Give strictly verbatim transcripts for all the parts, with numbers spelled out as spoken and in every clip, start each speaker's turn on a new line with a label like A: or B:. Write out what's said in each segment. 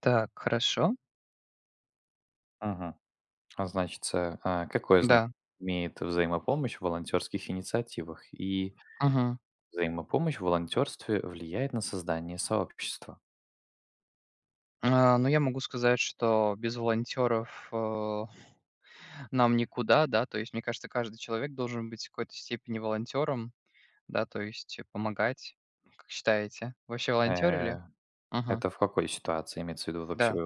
A: Так, хорошо.
B: Мгм. А значит, э, а, какое значение
A: Да.
B: имеет взаимопомощь в волонтерских инициативах? И
A: Мгм.
B: взаимопомощь в волонтерстве влияет на создание сообщества.
A: А, ну, я могу сказать, что без волонтеров э, нам никуда, да. То есть, мне кажется, каждый человек должен быть в какой-то степени волонтером, да, то есть э, помогать. Как считаете, вообще
B: Э,
A: волонтерили? Мгм.
B: это в какой ситуации имеется в виду вообще?
A: Да.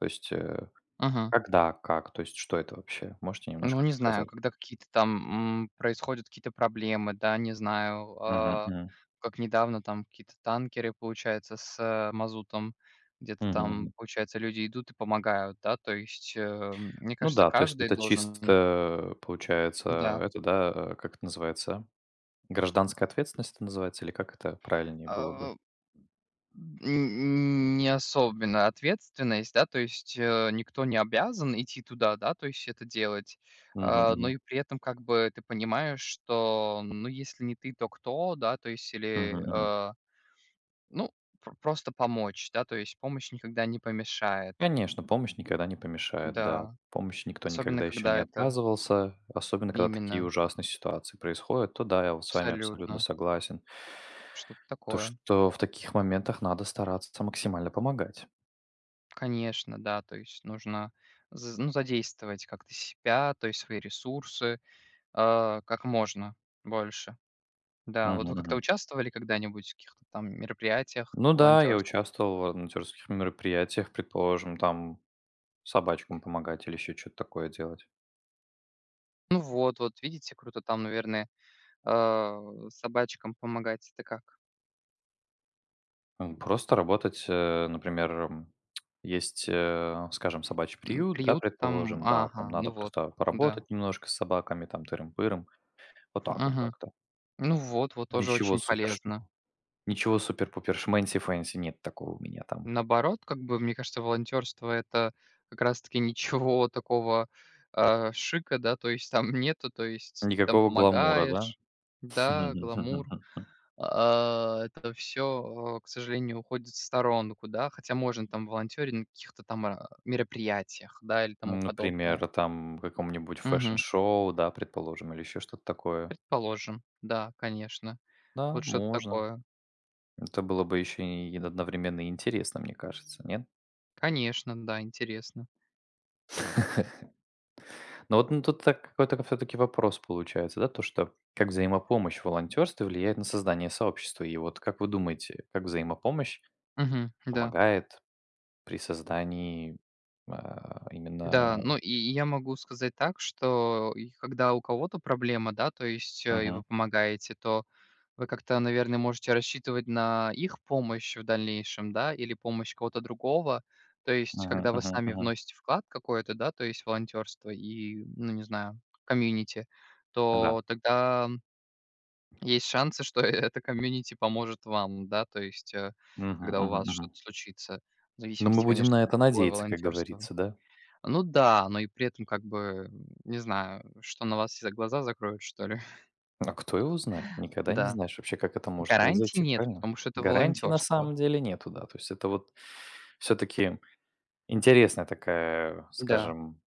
B: То есть, э,
A: Мгм.
B: когда, как, то есть, что это вообще? Можете
A: Ну,
B: немножко
A: не знаю,
B: рассказать?
A: когда какие-то там, м, происходят какие-то проблемы, да, не знаю,
B: Мгм,
A: а,
B: мгм.
A: как недавно там какие-то танкеры, получается, с, э, мазутом, где-то
B: Мгм,
A: там,
B: мгм.
A: получается, люди идут и помогают, да, то есть, э, мне
B: Ну
A: кажется,
B: да, то есть
A: каждый
B: это
A: должен,
B: чисто получается,
A: да.
B: это, да, э, как это называется? Гражданская ответственность это называется или как это правильнее было бы?
A: А, Н не особенно ответственность, да, то есть, э, никто не обязан идти туда, да, то есть это делать.
B: Мгм,
A: А, но
B: мгм.
A: и при этом как бы ты понимаешь, что, ну, если не ты, то кто, да, то есть
B: Мгм,
A: или,
B: мгм.
A: э, ну, пр просто помочь, да, то есть помощь никогда не помешает.
B: Конечно, помощь никогда не помешает, да.
A: Да,
B: Помощи никто
A: особенно
B: никогда еще не
A: когда это
B: отказывался, особенно когда такие
A: именно,
B: ужасные ситуации происходят, то да, я вот с вами абсолютно
A: абсолютно,
B: согласен.
A: что-то
B: То,
A: такое.
B: что в таких моментах надо стараться максимально помогать.
A: Конечно, да, то есть нужно з ну, задействовать как-то себя, то есть свои ресурсы. А, как можно больше. Да,
B: Мгм,
A: вот вы как-то
B: мгм.
A: участвовали когда-нибудь в каких-то там мероприятиях
B: Ну да, я
A: волонтерских?
B: участвовал в волонтерских мероприятиях, предположим, там собачкам помогать или еще что-то такое делать.
A: Ну вот, вот видите, круто там, наверное, а, собачкам помогать. Это как?
B: М, Просто работать, э, например, м, есть, э, скажем, собачий
A: М,
B: приют, да,
A: приют там?
B: предположим, да, там
A: Ага,
B: надо
A: ну вот,
B: просто
A: да.
B: поработать немножко с собаками, там, тырым-пырым, вот так вот
A: Мгм.
B: как-то.
A: Ну вот, вот тоже
B: Ничего
A: очень
B: супер, ш-
A: полезно.
B: Ничего супер-пупер шмэнси-фэнси нет такого у меня там.
A: Наоборот, как бы, мне кажется, волонтерство — это как раз-таки ничего такого, а, шика, да, то есть там нету, то есть там
B: Никакого гламура, да?
A: помогаешь. Да, гламур. А, это все, к сожалению, уходит в сторонку, да, хотя можно там волонтерить на каких-то там, а, мероприятиях, да, или
B: Ну,
A: тому подобное.
B: например, там в каком-нибудь
A: Мгм.
B: фэшн-шоу, да, предположим, или еще что-то такое.
A: Предположим, да, конечно.
B: Да,
A: Вот что-то
B: можно.
A: такое.
B: Это было бы еще и одновременно интересно, мне кажется, нет?
A: Конечно, да, интересно.
B: Но вот, ну, тут так какой-то все-таки вопрос получается, да, то, что как взаимопомощь в волонтерстве влияет на создание сообщества. И вот как вы думаете, как взаимопомощь
A: Мгм, да.
B: помогает при создании а, именно...
A: Да, ну и я могу сказать так, что и когда у кого-то проблема, да, то есть, э, и
B: Мгм.
A: вы помогаете, то вы как-то, наверное, можете рассчитывать на их помощь в дальнейшем, да, или помощь кого-то другого. То есть,
B: Мгм.
A: когда вы
B: Мгм.
A: сами
B: Мгм.
A: вносите вклад какой-то, да, то есть волонтерство и, ну, не знаю, комьюнити,
B: Да.
A: то тогда есть шансы, что это комьюнити поможет вам, да, то есть, э,
B: Мгм.
A: когда у
B: Мгм.
A: вас
B: Мгм.
A: что-то случится, в
B: Ну, мы
A: зависимости,
B: будем
A: конечно,
B: на это
A: какое
B: надеяться, как
A: волонтерство.
B: говорится, да?
A: Ну да, но и при этом, как бы, не знаю, что на вас за глаза закроют, что ли.
B: А кто его знает? Никогда не
A: Да.
B: знаешь вообще, как это может
A: Гарантий
B: произойти,
A: нет,
B: правильно?
A: потому что это
B: Гарантий на
A: волонтерство.
B: самом деле нету, да. То есть это вот все-таки интересная такая,
A: Да,
B: скажем,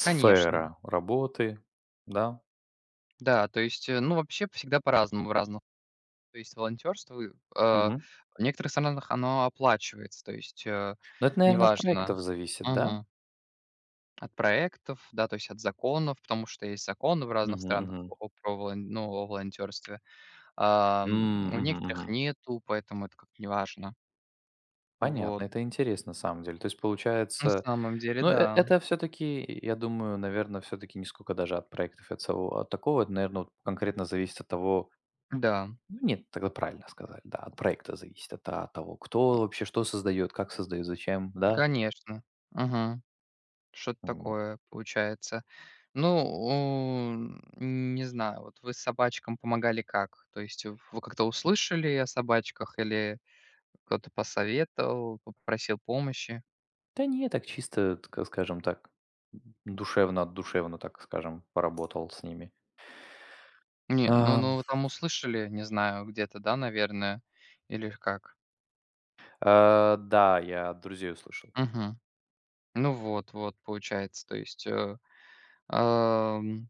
A: конечно.
B: работы, да?
A: Да, то есть, э, ну, вообще всегда по-разному в разных. То есть волонтерство э, в
B: Мгм.
A: некоторых странах оно оплачивается, то есть, э,
B: Но это, наверное, от
A: неважно.
B: проектов зависит, да?
A: Мгм. От проектов, да, то есть от законов, потому что есть законы в разных
B: Мгм,
A: странах
B: мгм.
A: о про волон ну, о волонтёрстве. А,
B: М,
A: м, в
B: мгм,
A: некоторых
B: мгм.
A: нету, поэтому это как-то неважно.
B: Понятно,
A: Вот.
B: это интересно на самом деле. То есть
A: На
B: получается,
A: самом деле,
B: ну, э
A: да.
B: это все таки я думаю, наверное, все таки не сколько даже от проектов, от самого от такого, это, наверно, вот конкретно зависит от того.
A: Да,
B: Ну, нет, тогда правильно сказали, да, от проекта зависит, от та от того, кто вообще что создает, как создает, зачем, да?
A: конечно. Мгм. Что-то
B: Вот.
A: такое получается. Ну, м, не знаю, вот вы собачкам помогали как? То есть э, вы как-то услышали о собачках или кто-то посоветовал, попросил помощи?
B: Да не, так чисто, так скажем так, душевно, душевно, так скажем, поработал с ними.
A: Не, ну
B: А.
A: ну вы там услышали, не знаю, где-то, да, наверное, или как?
B: Э, да, я от друзей услышал.
A: Угу. Ну вот вот, получается, то есть, э, ам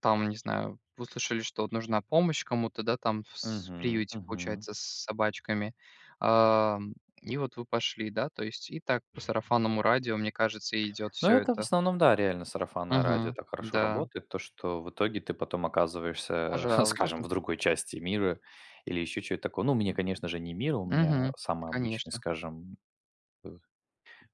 A: там, не знаю, услышали, что вот нужна помощь кому-то, да, там в с
B: Мгм,
A: приюте,
B: мгм.
A: получается, с собачками. Ам, и вот вы пошли, да, то есть и так по сарафанному радио, мне кажется, и идет
B: Ну,
A: все
B: это в
A: это.
B: основном, да, реально сарафанное радио
A: Угу,
B: так хорошо
A: да,
B: работает, то, что в итоге ты потом оказываешься, скажем,
A: пожалуйста.
B: в другой части мира или еще чего то такое. Ну, у меня, конечно же, не мир, у меня
A: Угу,
B: самый обычный,
A: конечно.
B: скажем, э,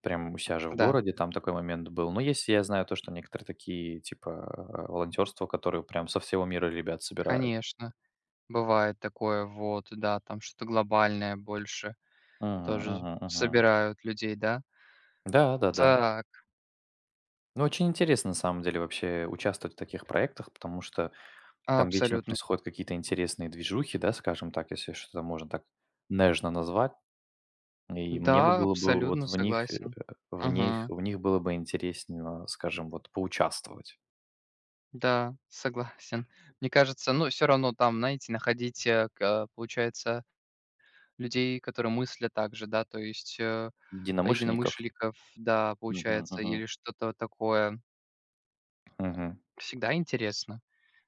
B: прям у себя же в
A: Да,
B: городе там такой момент был. Но если я знаю то, что некоторые такие, типа, э, волонтерства, которые прям со всего мира ребят собирают.
A: конечно. Бывает такое, вот, да, там что-то глобальное больше
B: Мгм,
A: тоже
B: мгм, мгм.
A: собирают людей, да?
B: Да, да-да.
A: Так,
B: Ну, очень интересно, на самом деле, вообще участвовать в таких проектах, потому что там вечно
A: абсолютно.
B: происходят какие-то интересные движухи, да, скажем так, если что-то можно так нежно назвать. И мне бы
A: Да,
B: было бы вот
A: абсолютно
B: в них, э,
A: согласен.
B: в них,
A: Угу.
B: в них было бы интересно, скажем, вот поучаствовать.
A: Да, согласен. Мне кажется, ну, все равно там, знаете, находить, э, к э, получается, людей, которые мыслят так же, да, то есть, э,
B: Единомышленников.
A: единомышленников, да,
B: Мгм,
A: получается,
B: мгм.
A: или что-то такое.
B: Мгм.
A: Всегда интересно,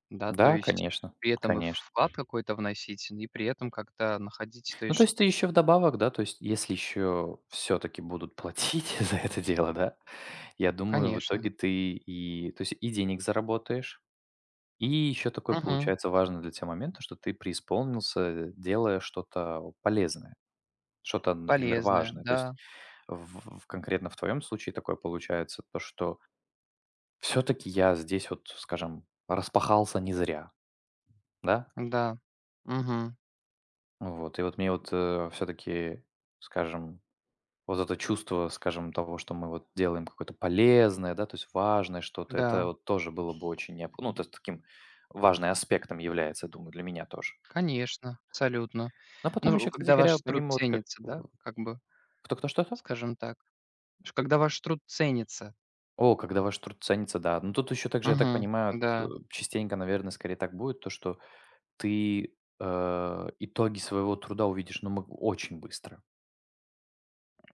A: да, то
B: Да,
A: есть
B: конечно,
A: при этом и
B: конечно.
A: вклад какой-то вносить, и при этом как-то находить, то
B: Ну, то
A: есть,
B: есть ты еще вдобавок, да, то есть если еще все-таки будут платить за это дело, да, я думаю, в итоге
A: конечно.
B: ты и, то есть и денег заработаешь. И еще такой,
A: Мгм.
B: получается, важный для тебя момент, то, что ты преисполнился, делая что-то полезное, что-то, например,
A: Полезное,
B: важное. То есть
A: да,
B: в, в- конкретно в твоем случае такое получается, то, что все-таки я здесь вот, скажем, распахался не зря, да?
A: да. Мгм.
B: Вот, и вот мне вот все-таки, скажем, вот это чувство, скажем, того, что мы вот делаем какое-то полезное, да, то есть важное что-то, это
A: Да,
B: вот тоже было бы очень необходимо, ну, то есть таким важным аспектом является, думаю, для меня тоже.
A: конечно, абсолютно.
B: Но потом
A: Ну,
B: еще, кстати
A: когда
B: говоря,
A: ваш труд
B: помимо вот как
A: ценится,
B: э,
A: да, как бы,
B: кто-кто, что то.
A: скажем так. Ш Когда ваш труд ценится.
B: О, когда ваш труд ценится, да. Ну, тут еще также, я так
A: Мгм.
B: понимаю, т
A: Да.
B: частенько, наверное, скорее так будет, то, что ты, э, итоги своего труда увидишь, ну, мо очень быстро.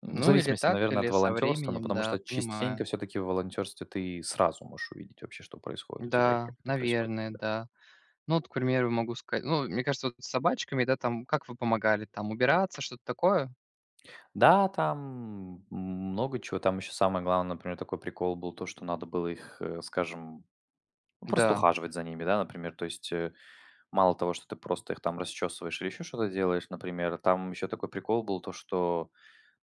B: В
A: Ну, или
B: зависимости,
A: так,
B: наверное, от
A: или со
B: волонтерства, но
A: временем,
B: потому что
A: да,
B: частенько
A: понимаю.
B: все-таки в волонтерстве ты сразу можешь увидеть вообще, что происходит у тебя и как
A: Да,
B: это происходит у
A: наверное,
B: тебя.
A: да. Ну, вот, к примеру, могу сказать, ну, мне кажется, вот с собачками, да, там, как вы помогали, там, убираться, что-то такое?
B: Да, там много чего. Там еще самое главное, например, такой прикол был то, что надо было их, э, скажем, ну, просто
A: Да.
B: ухаживать за ними, да, например. То есть, э мало того, что ты просто их там расчесываешь или еще что-то делаешь, например, там еще такой прикол был, то что,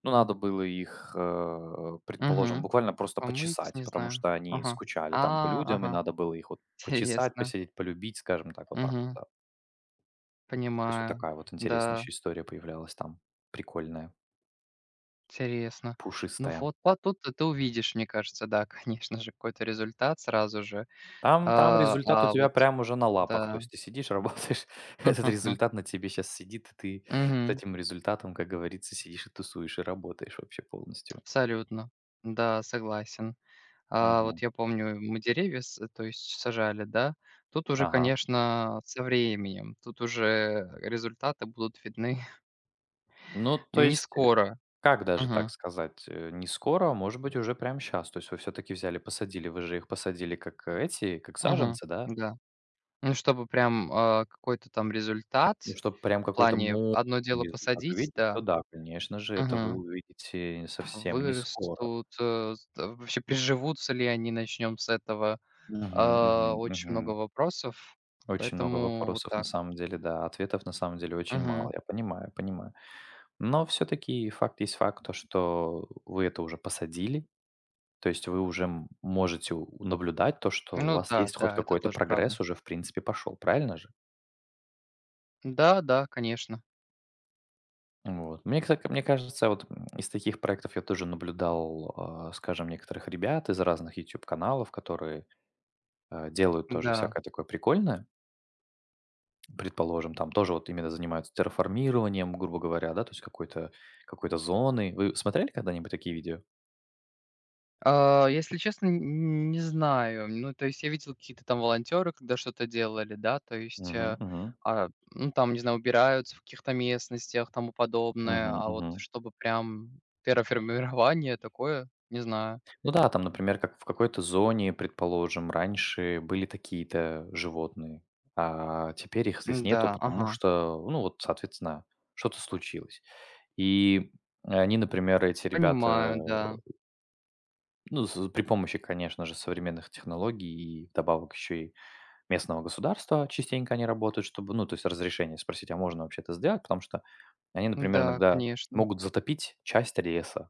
B: ну, надо было их, э, предположим,
A: Угу.
B: буквально просто
A: Помыть,
B: почесать,
A: не
B: потому
A: знаю.
B: что они
A: Ага.
B: скучали там по
A: А,
B: людям, и
A: ага.
B: надо было их вот почесать,
A: Интересно.
B: посидеть, полюбить, скажем так, вот так вот,
A: Угу.
B: да. То есть вот
A: Понимаю.
B: такая вот интересная
A: Да,
B: еще история появлялась там, прикольная,
A: интересно. Ну
B: пушистая.
A: вот, а тут-то ты ты увидишь, мне кажется, да, конечно же, какой-то результат сразу же.
B: Там там
A: А,
B: результат у
A: а
B: тебя
A: вот,
B: прям уже на лапах, то
A: да.
B: есть ты сидишь, работаешь, этот
A: Мгм, м.
B: результат на тебе сейчас сидит, и ты с
A: Мгм.
B: этим результатом, как говорится, сидишь и тусуешь, и работаешь вообще полностью.
A: Абсолютно. Да, согласен. А,
B: Мгм.
A: вот я помню, мы деревья с э, то есть сажали, да. Тут уже,
B: Ага.
A: конечно, со временем, тут уже результаты будут видны
B: Ну, то
A: не
B: есть, э,
A: скоро.
B: как даже так
A: Мгм,
B: сказать, э, не скоро, а может быть, уже прямо сейчас. То есть вы все таки взяли, посадили. Вы же их посадили как э, эти, как
A: мгм,
B: саженцы, да?
A: да. Ну, чтобы прям, а, какой-то там
B: Ну,
A: результат
B: чтоб прям
A: в
B: какой-то
A: плане
B: мощный
A: одно дело
B: результат
A: посадить,
B: увидеть, то
A: да,
B: да, конечно же, это вы
A: мгм,
B: увидите совсем не скоро.
A: вырастут, э, с вообще приживутся ли они, начнем с этого.
B: Мгм, мгм,
A: А, очень
B: мгм.
A: много вопросов,
B: Очень много
A: поэтому вот
B: вопросов на
A: так.
B: самом деле, да. Ответов на самом деле очень мало.
A: Мгм.
B: Я понимаю, понимаю. Но все таки факт есть факт, то что вы это уже посадили. То есть вы уже м можете у наблюдать то, что у
A: Ну
B: вас
A: да,
B: есть хоть
A: да, это
B: какой-то
A: тоже правда.
B: прогресс уже, в принципе, пошел, правильно же?
A: Да, да, конечно.
B: Вот. Мне, кстати, мне кажется, вот, м, из таких проектов я тоже наблюдал, а, скажем, некоторых ребят из разных YouTube каналов, которые э, делают тоже
A: Да.
B: всякое такое прикольное. Предположим, там тоже вот именно занимаются терраформированием, грубо говоря, да, то есть какой-то какой-то зоны. Вы смотрели когда-нибудь такие видео?
A: А, если честно, н не знаю. Ну, то есть я видел какие-то там волонтеры, когда что-то делали, да, то есть,
B: Мгм,
A: э,
B: мгм.
A: а, ну, там, не знаю, убираются в каких-то местностях, тому подобное, а вот
B: Мгм.
A: чтобы прям терраформирование такое, не знаю.
B: Ну да, там, например, как в какой-то зоне, предположим, раньше были такие-то животные, а теперь их здесь
A: Да
B: нету, потому
A: ага.
B: что, ну вот, соответственно, что-то случилось. И они, например, эти ребята,
A: Понимаю, да.
B: ну, с- при помощи, конечно же, современных технологий и добавок еще и местного государства частенько они работают, чтобы, ну, то есть разрешение спросить, а можно вообще это сделать, потому что они, например,
A: Да,
B: иногда
A: конечно.
B: могут затопить часть леса.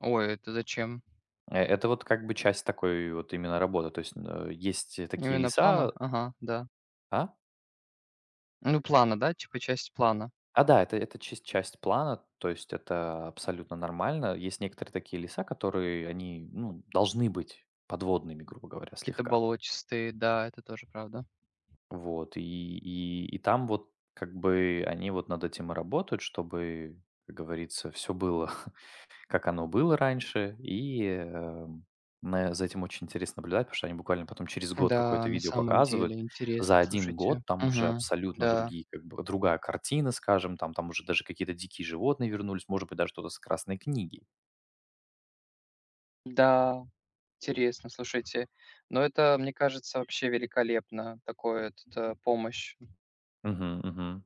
A: Ой, это зачем?
B: Э, это вот как бы часть такой вот именно работы. То есть, э, есть, э, такие
A: Именно плана?
B: леса.
A: Ага, да.
B: А?
A: Ну, плана, да, типа часть плана.
B: А, да, это это чис часть плана, то есть это абсолютно нормально. Есть некоторые такие леса, которые они, ну, должны быть подводными, грубо говоря,
A: Какие-то
B: слегка.
A: болотистые, да, это тоже правда.
B: Вот, и и и там вот как бы они вот над этим и работают, чтобы, как говорится, все было. Как оно было раньше, и, эм, на за этим очень интересно наблюдать, потому что они буквально потом через год какое-то
A: Да, на
B: видео
A: самом
B: показывают.
A: деле
B: За
A: интересно,
B: один
A: слушайте.
B: год там уже
A: Мгм.
B: абсолютно
A: Да,
B: другие, как бы другая картина, скажем, там там уже даже какие-то дикие животные вернулись, может быть, даже что-то с красной книги.
A: да, интересно, слушайте. Но это, мне кажется, вообще великолепно, такое, этот, э, помощь.
B: Мгм, мгм.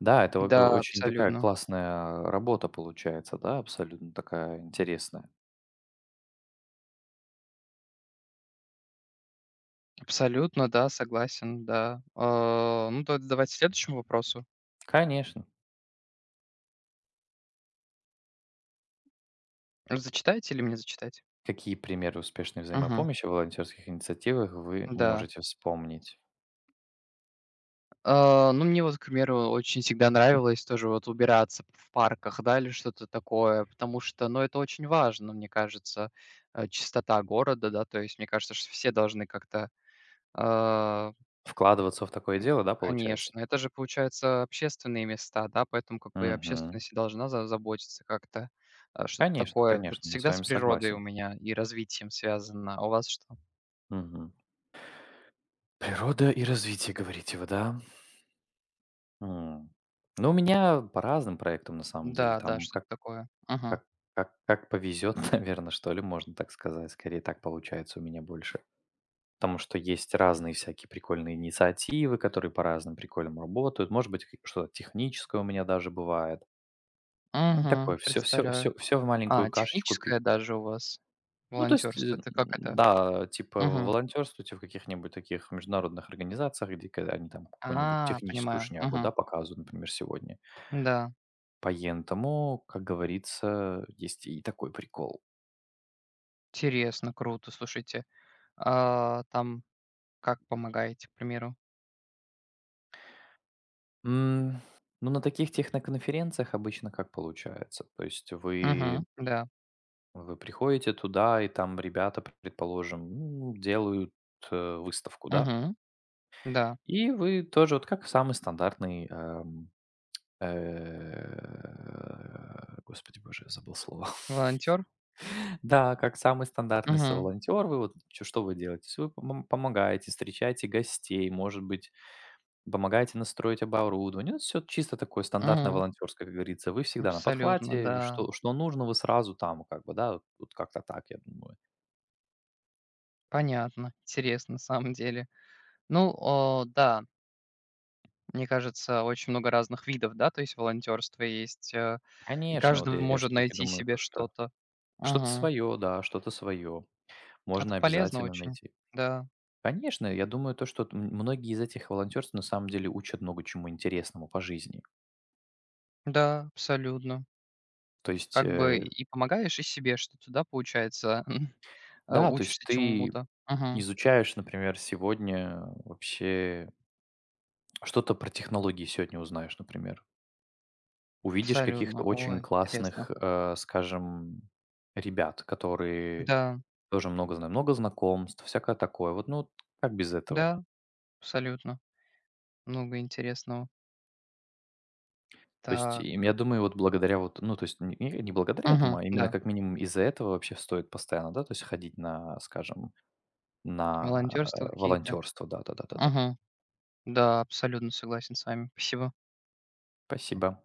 B: Да, это о о-
A: Да,
B: очень такая
A: абсолютно.
B: классная работа получается, да, абсолютно такая интересная.
A: Абсолютно, да, согласен, да. А, ну, то давайте к следующему вопросу.
B: Конечно.
A: Зачитаете или мне зачитать?
B: Какие примеры успешной
A: Мгм.
B: взаимопомощи в волонтерских инициативах вы
A: Да.
B: можете вспомнить?
A: А, ну, мне вот, к примеру, очень всегда нравилось тоже вот убираться в парках, да, или что-то такое, потому что, ну, это очень важно, мне кажется, э, чистота города, да, то есть мне кажется, что все должны как-то, а,
B: Вкладываться в такое дело, да, получается?
A: конечно, это же, получается, общественные места, да, поэтому как бы и
B: Мгм.
A: общественность и должна за- заботиться как-то, а, что-то
B: Конечно,
A: такое. Вот
B: конечно, я с
A: всегда
B: вами
A: с природой у
B: согласен.
A: меня и развитием связано, а у вас что?
B: Мгм. Природа и развитие, говорите вы, да? М. Ну, у меня по разным проектам, на самом деле,
A: Да, да,
B: там как
A: что-то такое. Угу.
B: как как как повезет, наверное, что ли, можно так сказать. Скорее, так получается у меня больше. Потому что есть разные всякие прикольные инициативы, которые по разным приколям работают. Может быть, к что-то техническое у меня даже бывает. Ну, такое
A: Угу,
B: все все
A: представляю.
B: все всё в маленькую
A: А,
B: кашечку.
A: техническое даже у вас
B: Ну, то есть, э,
A: волонтерство. Это как это?
B: да, типа
A: Мгм.
B: волонтерствуйте в каких-нибудь таких международных организациях, где когда они там какую-нибудь
A: А,
B: техническую
A: понимаю.
B: шнягу,
A: Мгм.
B: да, показывают, например, сегодня.
A: Да.
B: Поентому, как говорится, есть и такой прикол.
A: Интересно, круто, слушайте. А, там как помогаете, к примеру?
B: М, ну, на таких техноконференциях обычно как получается? То есть вы,
A: Мгм. Да.
B: вы приходите туда, и там ребята, предположим, ну, делают э, выставку, да?
A: Мгм. Да.
B: И вы тоже, вот как самый стандартный эм, Э, господи боже, я забыл слово.
A: Волонтер?
B: Да, как самый стандартный
A: Мгм.
B: соволонтер, вы вот чё что вы делаете? Вы пом помогаете, встречаете гостей, может быть, помогаете настроить оборудование. Ну, всё чисто такое стандартное
A: Мгм.
B: волонтерское, как говорится. Вы всегда на
A: Абсолютно,
B: подхвате,
A: да.
B: что что нужно, вы сразу там как бы, да, вот вот как-то так, я думаю.
A: Понятно. Интересно, на самом деле. Ну, а, да, мне кажется, очень много разных видов, да, то есть волонтерство есть, э, и
B: Конечно, вот
A: каждый
B: я
A: может
B: все-таки
A: найти
B: думаю,
A: себе
B: то что
A: что-то.
B: что-то
A: Мгм.
B: свое, да, что-то свое
A: Это
B: можно
A: полезно
B: обязательно
A: очень.
B: найти.
A: Да,
B: Конечно, я думаю, то, что т- м- многие из этих волонтерств на самом деле учат много чему интересному по жизни.
A: да, абсолютно.
B: То есть,
A: Как бы
B: э,
A: и помогаешь и себе что-то, да, получается, э,
B: да, то есть
A: учишься
B: ты
A: чему-то. Мгм.
B: изучаешь, например, сегодня вообще что-то про технологии сегодня узнаешь, например. Увидишь каких-то
A: Абсолютно.
B: очень
A: Ой, интересно.
B: классных, э, скажем, ребят, которые
A: Да,
B: тоже много знают, много знакомств, всякое такое. Вот, ну, как без этого?
A: да, абсолютно. Много интересного.
B: То есть, им,
A: Так.
B: я думаю, вот благодаря вот, ну, то есть не не благодаря этому,
A: Мгм,
B: а именно
A: да.
B: как минимум из-за этого вообще стоит постоянно, да, то есть ходить на, скажем, на, э,
A: Волонтерство какие-то.
B: волонтерство. Да-да-да-да-да.
A: Мгм. Да, абсолютно согласен с вами. Спасибо.
B: Спасибо.